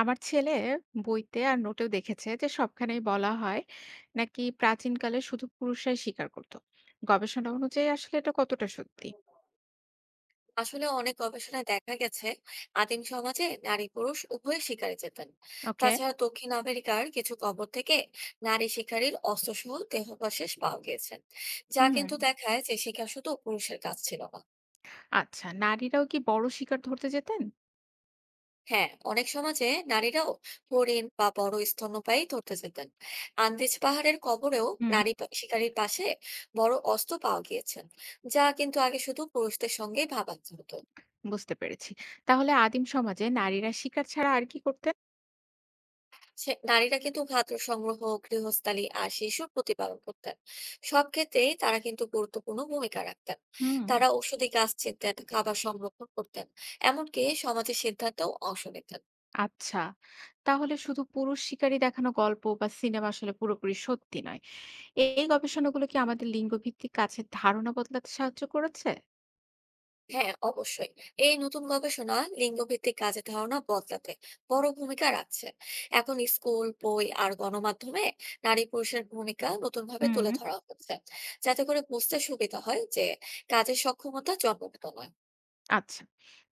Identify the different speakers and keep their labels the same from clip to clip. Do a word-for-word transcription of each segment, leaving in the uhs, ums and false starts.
Speaker 1: আমার ছেলে বইতে আর নোটেও দেখেছে যে সবখানেই বলা হয় নাকি প্রাচীনকালে শুধু পুরুষরাই শিকার করত। গবেষণা অনুযায়ী আসলে এটা কতটা সত্যি?
Speaker 2: আসলে অনেক গবেষণায় দেখা গেছে আদিম সমাজে নারী পুরুষ উভয় শিকারে যেতেন।
Speaker 1: ওকে।
Speaker 2: তাছাড়া দক্ষিণ আমেরিকার কিছু কবর থেকে নারী শিকারীর অস্ত্রসহ দেহাবশেষ পাওয়া গেছে, যা
Speaker 1: হুম।
Speaker 2: কিন্তু দেখায় যে শিকার শুধু পুরুষের কাজ ছিল না।
Speaker 1: আচ্ছা, নারীরাও কি বড় শিকার ধরতে যেতেন?
Speaker 2: হ্যাঁ, অনেক সমাজে নারীরাও হরিণ বা বড় স্তন্যপায়ী ধরতে যেতেন। আন্দিজ পাহাড়ের কবরেও
Speaker 1: হুম।
Speaker 2: নারী পা- শিকারীর পাশে বড় অস্ত্র পাওয়া গিয়েছে, যা কিন্তু আগে শুধু পুরুষদের সঙ্গেই ভাবা হতো।
Speaker 1: বুঝতে পেরেছি। তাহলে আদিম সমাজে নারীরা শিকার ছাড়া আর কি করতেন?
Speaker 2: সে নারীরা কিন্তু খাদ্য সংগ্রহ, গৃহস্থালি আর শিশুর প্রতিপালন করতেন। সব ক্ষেত্রেই তারা কিন্তু গুরুত্বপূর্ণ ভূমিকা রাখতেন।
Speaker 1: হুম।
Speaker 2: তারা ঔষধি গাছ চিনতেন, খাবার সংরক্ষণ করতেন, এমনকি সমাজের সিদ্ধান্তেও অংশ নিতেন।
Speaker 1: আচ্ছা। তাহলে শুধু পুরুষ শিকারী দেখানো গল্প বা সিনেমা আসলে পুরোপুরি সত্যি নয়। এই গবেষণাগুলো কি আমাদের লিঙ্গ ভিত্তিক কাছের ধারণা বদলাতে সাহায্য করেছে?
Speaker 2: হ্যাঁ, অবশ্যই। এই নতুন গবেষণা লিঙ্গভিত্তিক কাজের ধারণা বদলাতে বড় ভূমিকা রাখছে। এখন স্কুল, বই আর গণমাধ্যমে নারী পুরুষের ভূমিকা নতুনভাবে তুলে
Speaker 1: হুম।
Speaker 2: ধরা হচ্ছে, যাতে করে বুঝতে সুবিধা হয় যে কাজের সক্ষমতা জন্মগত নয়।
Speaker 1: আচ্ছা।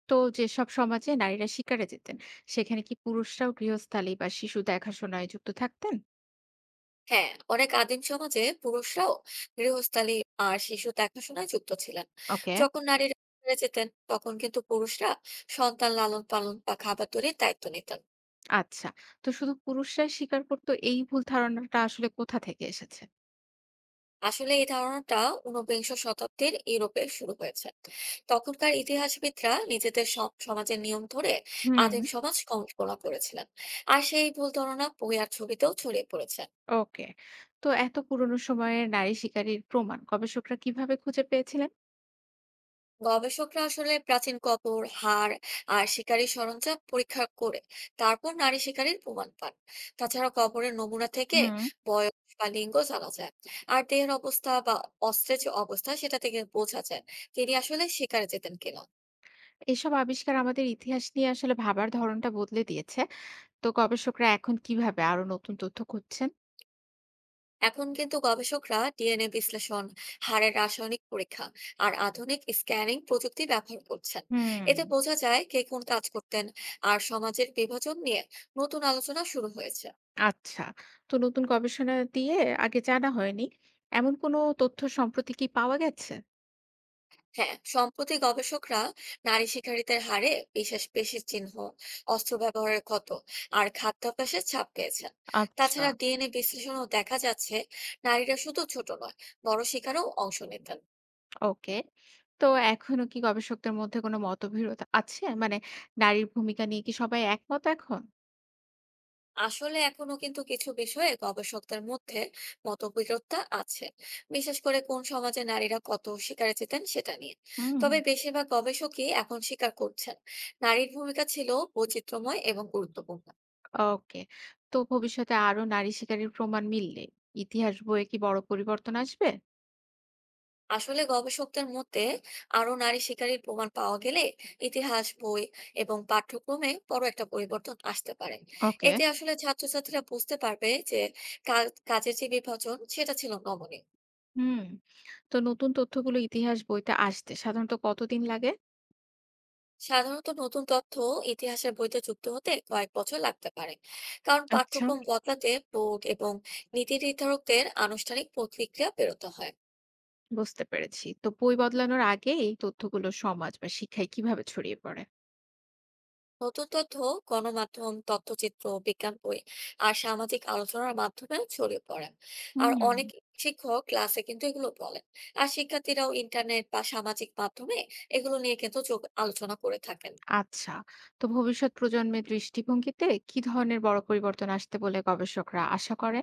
Speaker 1: তো যেসব সমাজে নারীরা শিকারে যেতেন, সেখানে কি পুরুষরাও গৃহস্থালী বা শিশু দেখাশোনায় যুক্ত থাকতেন?
Speaker 2: হ্যাঁ, অনেক আদিম সমাজে পুরুষরাও গৃহস্থালি আর শিশু দেখাশোনায় যুক্ত ছিলেন।
Speaker 1: ওকে।
Speaker 2: যখন নারীরা বাজারে যেতেন তখন কিন্তু পুরুষরা সন্তান লালন পালন বা খাবার তৈরির দায়িত্ব নিতেন।
Speaker 1: আচ্ছা। তো শুধু পুরুষরাই শিকার করতো এই ভুল ধারণাটা আসলে কোথা থেকে এসেছে?
Speaker 2: আসলে এই ধারণাটা ঊনবিংশ শতাব্দীর ইউরোপে শুরু হয়েছে। তখনকার ইতিহাসবিদরা নিজেদের সম- সমাজের নিয়ম ধরে
Speaker 1: হুম।
Speaker 2: আদিম সমাজ কল্পনা করেছিলেন, আর সেই ভুল ধারণা বই আর ছবিতেও ছড়িয়ে পড়েছে।
Speaker 1: ওকে। তো এত পুরনো সময়ের নারী শিকারীর প্রমাণ গবেষকরা কিভাবে খুঁজে পেয়েছিলেন?
Speaker 2: গবেষকরা আসলে প্রাচীন কবর, হাড় আর শিকারী সরঞ্জাম পরীক্ষা করে তারপর নারী শিকারীর প্রমাণ পান। তাছাড়া কবরের নমুনা থেকে
Speaker 1: হুম।
Speaker 2: বয়স বা লিঙ্গ জানা যায়, আর দেহের অবস্থা বা অস্ত্রের যে অবস্থা সেটা থেকে বোঝা যায় তিনি আসলে শিকারে যেতেন কিনা।
Speaker 1: এসব আবিষ্কার আমাদের ইতিহাস নিয়ে আসলে ভাবার ধরনটা বদলে দিয়েছে। তো গবেষকরা এখন কিভাবে আরো নতুন তথ্য খুঁজছেন?
Speaker 2: এখন কিন্তু গবেষকরা ডি এন এ বিশ্লেষণ, হাড়ের রাসায়নিক পরীক্ষা আর আধুনিক স্ক্যানিং প্রযুক্তি ব্যবহার করছেন।
Speaker 1: হুম।
Speaker 2: এতে বোঝা যায় কে কোন কাজ করতেন, আর সমাজের বিভাজন নিয়ে নতুন আলোচনা শুরু হয়েছে।
Speaker 1: আচ্ছা। তো নতুন গবেষণা দিয়ে আগে জানা হয়নি এমন কোনো তথ্য সম্প্রতি কি পাওয়া গেছে?
Speaker 2: হ্যাঁ, সম্প্রতি গবেষকরা নারী শিকারীদের হারে বিশেষ পেশির চিহ্ন, অস্ত্র ব্যবহারের ক্ষত আর খাদ্যাভ্যাসের ছাপ পেয়েছেন।
Speaker 1: আচ্ছা।
Speaker 2: তাছাড়া ডি এন এ বিশ্লেষণও দেখা যাচ্ছে নারীরা শুধু ছোট নয়, বড় শিকারেও অংশ নিতেন।
Speaker 1: ওকে। তো এখনো কি গবেষকদের মধ্যে কোনো মতবিরোধ আছে? মানে, নারীর ভূমিকা নিয়ে কি সবাই একমত এখন?
Speaker 2: আসলে এখনো কিন্তু কিছু বিষয়ে গবেষকদের মধ্যে মতবিরোধতা আছে, বিশেষ করে কোন সমাজে নারীরা কত শিকারে যেতেন সেটা নিয়ে।
Speaker 1: হুম।
Speaker 2: তবে বেশিরভাগ গবেষকই এখন স্বীকার করছেন নারীর ভূমিকা ছিল বৈচিত্র্যময় এবং গুরুত্বপূর্ণ।
Speaker 1: ওকে। তো ভবিষ্যতে আরো নারী শিকারীর প্রমাণ মিললে ইতিহাস বইয়ে কি বড় পরিবর্তন আসবে?
Speaker 2: আসলে গবেষকদের মতে আরো নারী শিকারীর প্রমাণ পাওয়া গেলে ইতিহাস বই এবং পাঠ্যক্রমে বড় একটা পরিবর্তন আসতে পারে।
Speaker 1: ওকে।
Speaker 2: এতে আসলে ছাত্রছাত্রীরা বুঝতে পারবে যে কা- কাজের যে বিভাজন সেটা ছিল নমনীয়।
Speaker 1: হুম। তো নতুন তথ্যগুলো ইতিহাস বইতে আসতে সাধারণত কতদিন লাগে?
Speaker 2: সাধারণত নতুন তথ্য ইতিহাসের বইতে যুক্ত হতে কয়েক বছর লাগতে পারে, কারণ
Speaker 1: আচ্ছা।
Speaker 2: পাঠ্যক্রম বদলাতে বোর্ড এবং নীতি নির্ধারকদের আনুষ্ঠানিক প্রতিক্রিয়া বেরোতে হয়।
Speaker 1: বুঝতে পেরেছি। তো বই বদলানোর আগে এই তথ্যগুলো সমাজ বা শিক্ষায় কিভাবে ছড়িয়ে পড়ে?
Speaker 2: নতুন তথ্য গণমাধ্যম, তথ্যচিত্র, বিজ্ঞান বই আর সামাজিক আলোচনার মাধ্যমে ছড়িয়ে পড়ে। আর
Speaker 1: হুম।
Speaker 2: অনেক শিক্ষক ক্লাসে কিন্তু এগুলো বলেন, আর শিক্ষার্থীরাও ইন্টারনেট বা সামাজিক মাধ্যমে এগুলো নিয়ে কিন্তু যোগ আলোচনা করে থাকেন।
Speaker 1: আচ্ছা। তো ভবিষ্যৎ প্রজন্মের দৃষ্টিভঙ্গিতে কি ধরনের বড় পরিবর্তন আসতে বলে গবেষকরা আশা করে?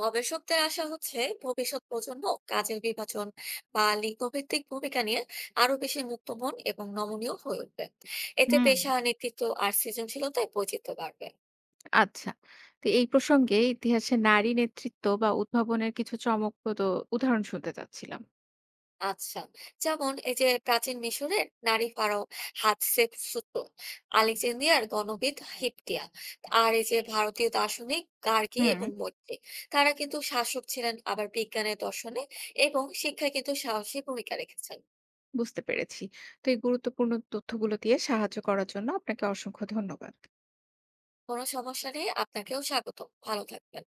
Speaker 2: গবেষকদের আশা হচ্ছে ভবিষ্যৎ প্রজন্ম কাজের বিভাজন বা লিঙ্গভিত্তিক ভূমিকা নিয়ে আরো বেশি মুক্তমন এবং নমনীয় হয়ে উঠবে। এতে
Speaker 1: হুম।
Speaker 2: পেশা, নেতৃত্ব আর সৃজনশীলতায় বৈচিত্র্য বাড়বে।
Speaker 1: আচ্ছা। তো এই প্রসঙ্গে ইতিহাসে নারী নেতৃত্ব বা উদ্ভাবনের কিছু চমকপ্রদ উদাহরণ শুনতে চাচ্ছিলাম।
Speaker 2: আচ্ছা, যেমন এই যে প্রাচীন মিশরের নারী ফারাও হাতশেপসুত, আলেকজান্দ্রিয়ার গণবিদ হিপটিয়া, আর এই যে ভারতীয় দার্শনিক গার্গী
Speaker 1: হুম।
Speaker 2: এবং মৈত্রী। তারা কিন্তু শাসক ছিলেন, আবার বিজ্ঞানের দর্শনে এবং শিক্ষায় কিন্তু সাহসী ভূমিকা রেখেছেন।
Speaker 1: বুঝতে পেরেছি। তো এই গুরুত্বপূর্ণ তথ্যগুলো দিয়ে সাহায্য করার জন্য আপনাকে অসংখ্য ধন্যবাদ।
Speaker 2: কোনো সমস্যা নেই, আপনাকেও স্বাগত। ভালো থাকবেন।